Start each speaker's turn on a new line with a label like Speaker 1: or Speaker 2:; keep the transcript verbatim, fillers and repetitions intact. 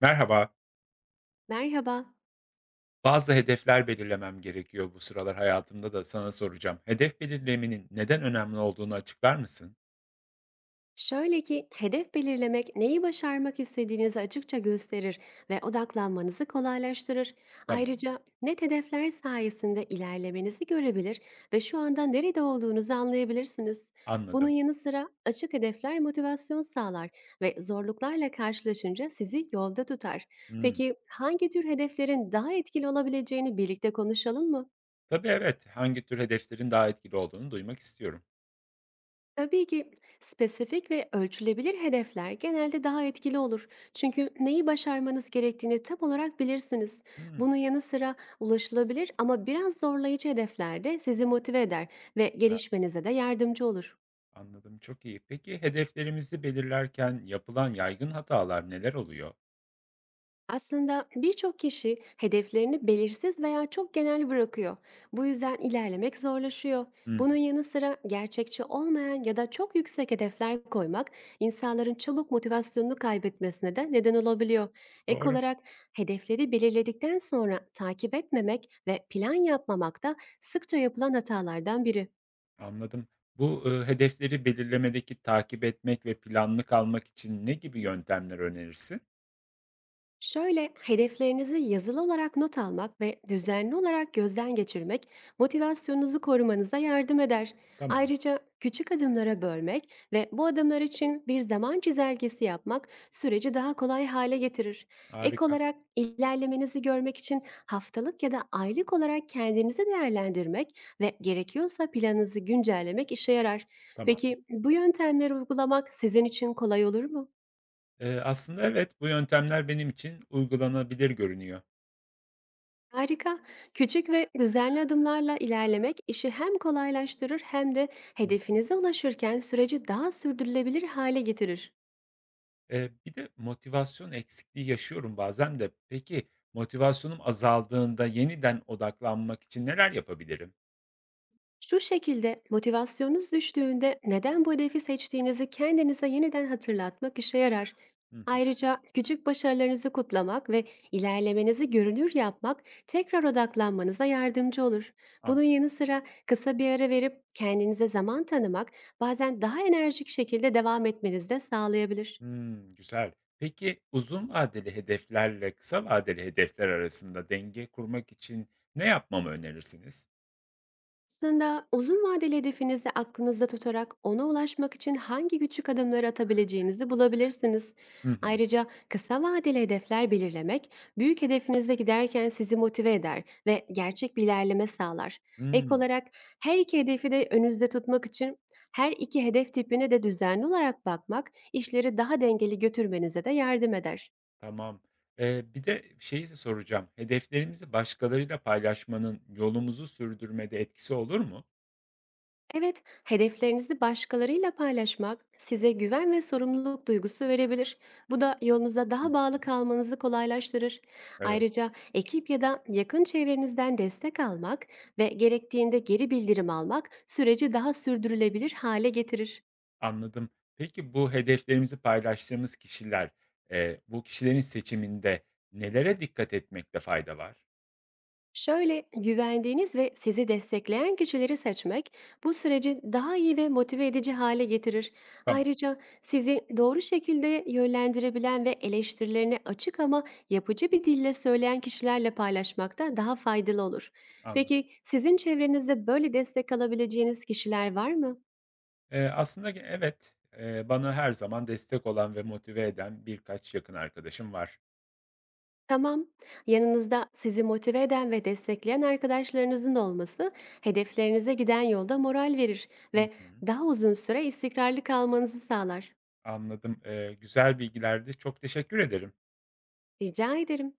Speaker 1: Merhaba.
Speaker 2: Merhaba.
Speaker 1: Bazı hedefler belirlemem gerekiyor bu sıralar hayatımda da sana soracağım. Hedef belirlemenin neden önemli olduğunu açıklar mısın?
Speaker 2: Şöyle ki hedef belirlemek neyi başarmak istediğinizi açıkça gösterir ve odaklanmanızı kolaylaştırır.
Speaker 1: Tamam,
Speaker 2: Ayrıca net hedefler sayesinde ilerlemenizi görebilir ve şu anda nerede olduğunuzu anlayabilirsiniz. Bunun
Speaker 1: anladım.
Speaker 2: yanı sıra açık hedefler motivasyon sağlar ve zorluklarla karşılaşınca sizi yolda tutar.
Speaker 1: Hmm.
Speaker 2: Peki hangi tür hedeflerin daha etkili olabileceğini birlikte konuşalım mı?
Speaker 1: Tabii evet. Hangi tür hedeflerin daha etkili olduğunu duymak istiyorum.
Speaker 2: Tabii ki spesifik ve ölçülebilir hedefler genelde daha etkili olur. Çünkü neyi başarmanız gerektiğini tam olarak bilirsiniz.
Speaker 1: Hmm.
Speaker 2: Bunun yanı sıra ulaşılabilir ama biraz zorlayıcı hedefler de sizi motive eder ve
Speaker 1: Güzel,
Speaker 2: gelişmenize de yardımcı olur.
Speaker 1: anladım. Çok iyi. Peki hedeflerimizi belirlerken yapılan yaygın hatalar neler oluyor?
Speaker 2: Aslında birçok kişi hedeflerini belirsiz veya çok genel bırakıyor. Bu yüzden ilerlemek zorlaşıyor.
Speaker 1: Hı.
Speaker 2: Bunun yanı sıra gerçekçi olmayan ya da çok yüksek hedefler koymak insanların çabuk motivasyonunu kaybetmesine de neden olabiliyor. Ek
Speaker 1: Doğru.
Speaker 2: olarak hedefleri belirledikten sonra takip etmemek ve plan yapmamak da sıkça yapılan hatalardan biri.
Speaker 1: Anladım. Bu e, hedefleri belirlemedeki takip etmek ve planlı kalmak için ne gibi yöntemler önerirsin?
Speaker 2: Şöyle hedeflerinizi yazılı olarak not almak ve düzenli olarak gözden geçirmek motivasyonunuzu korumanıza yardım eder.
Speaker 1: Tamam.
Speaker 2: Ayrıca küçük adımlara bölmek ve bu adımlar için bir zaman çizelgesi yapmak süreci daha kolay hale getirir. Ek
Speaker 1: Harika.
Speaker 2: olarak ilerlemenizi görmek için haftalık ya da aylık olarak kendinizi değerlendirmek ve gerekiyorsa planınızı güncellemek işe yarar.
Speaker 1: Tamam.
Speaker 2: Peki bu yöntemleri uygulamak sizin için kolay olur mu?
Speaker 1: Eee, aslında evet, bu yöntemler benim için uygulanabilir görünüyor.
Speaker 2: Harika. Küçük ve düzenli adımlarla ilerlemek işi hem kolaylaştırır hem de
Speaker 1: Hıh.
Speaker 2: hedefinize ulaşırken süreci daha sürdürülebilir hale getirir.
Speaker 1: Eee, bir de motivasyon eksikliği yaşıyorum bazen de. Peki, motivasyonum azaldığında yeniden odaklanmak için neler yapabilirim?
Speaker 2: Şu şekilde motivasyonunuz düştüğünde neden bu hedefi seçtiğinizi kendinize yeniden hatırlatmak işe yarar.
Speaker 1: Hı hı,
Speaker 2: Ayrıca küçük başarılarınızı kutlamak ve ilerlemenizi görünür yapmak tekrar odaklanmanıza yardımcı olur. Bunun
Speaker 1: anladım.
Speaker 2: yanı sıra kısa bir ara verip kendinize zaman tanımak bazen daha enerjik şekilde devam etmenizi de sağlayabilir.
Speaker 1: Hımm, güzel. Peki, uzun vadeli hedeflerle kısa vadeli hedefler arasında denge kurmak için ne yapmamı önerirsiniz?
Speaker 2: Aslında uzun vadeli hedefinizi aklınızda tutarak ona ulaşmak için hangi küçük adımları atabileceğinizi bulabilirsiniz.
Speaker 1: Hı hı.
Speaker 2: Ayrıca kısa vadeli hedefler belirlemek büyük hedefinize giderken sizi motive eder ve gerçek bir ilerleme sağlar. Ek
Speaker 1: Hımm.
Speaker 2: olarak her iki hedefi de önünüzde tutmak için her iki hedef tipine de düzenli olarak bakmak işleri daha dengeli götürmenize de yardım eder.
Speaker 1: Tamam. Eee, bir de şeyi soracağım. Hedeflerimizi başkalarıyla paylaşmanın yolumuzu sürdürmede etkisi olur mu?
Speaker 2: Evet, hedeflerinizi başkalarıyla paylaşmak size güven ve sorumluluk duygusu verebilir. Bu da yolunuza
Speaker 1: Hı
Speaker 2: daha bağlı
Speaker 1: hı.
Speaker 2: kalmanızı kolaylaştırır.
Speaker 1: Evet,
Speaker 2: Ayrıca ekip ya da yakın çevrenizden destek almak ve gerektiğinde geri bildirim almak süreci daha sürdürülebilir hale getirir.
Speaker 1: anladım. Peki bu hedeflerimizi paylaştığımız kişiler, eee, bu kişilerin seçiminde nelere dikkat etmekte fayda var?
Speaker 2: Şöyle güvendiğiniz ve sizi destekleyen kişileri seçmek bu süreci daha iyi ve motive edici hale getirir.
Speaker 1: Tamam,
Speaker 2: Ayrıca sizi doğru şekilde yönlendirebilen ve eleştirilerini açık ama yapıcı bir dille söyleyen kişilerle paylaşmak da daha faydalı olur.
Speaker 1: anladım.
Speaker 2: Peki sizin çevrenizde böyle destek alabileceğiniz kişiler var mı?
Speaker 1: Eee, aslında ge evet, eee, bana her zaman destek olan ve motive eden birkaç yakın arkadaşım var.
Speaker 2: Tamam. Yanınızda sizi motive eden ve destekleyen arkadaşlarınızın olması hedeflerinize giden yolda moral verir
Speaker 1: Hı
Speaker 2: ve
Speaker 1: hı.
Speaker 2: daha uzun süre istikrarlı kalmanızı sağlar.
Speaker 1: Anladım. Eee, güzel bilgilerdi. Çok teşekkür ederim.
Speaker 2: Rica ederim.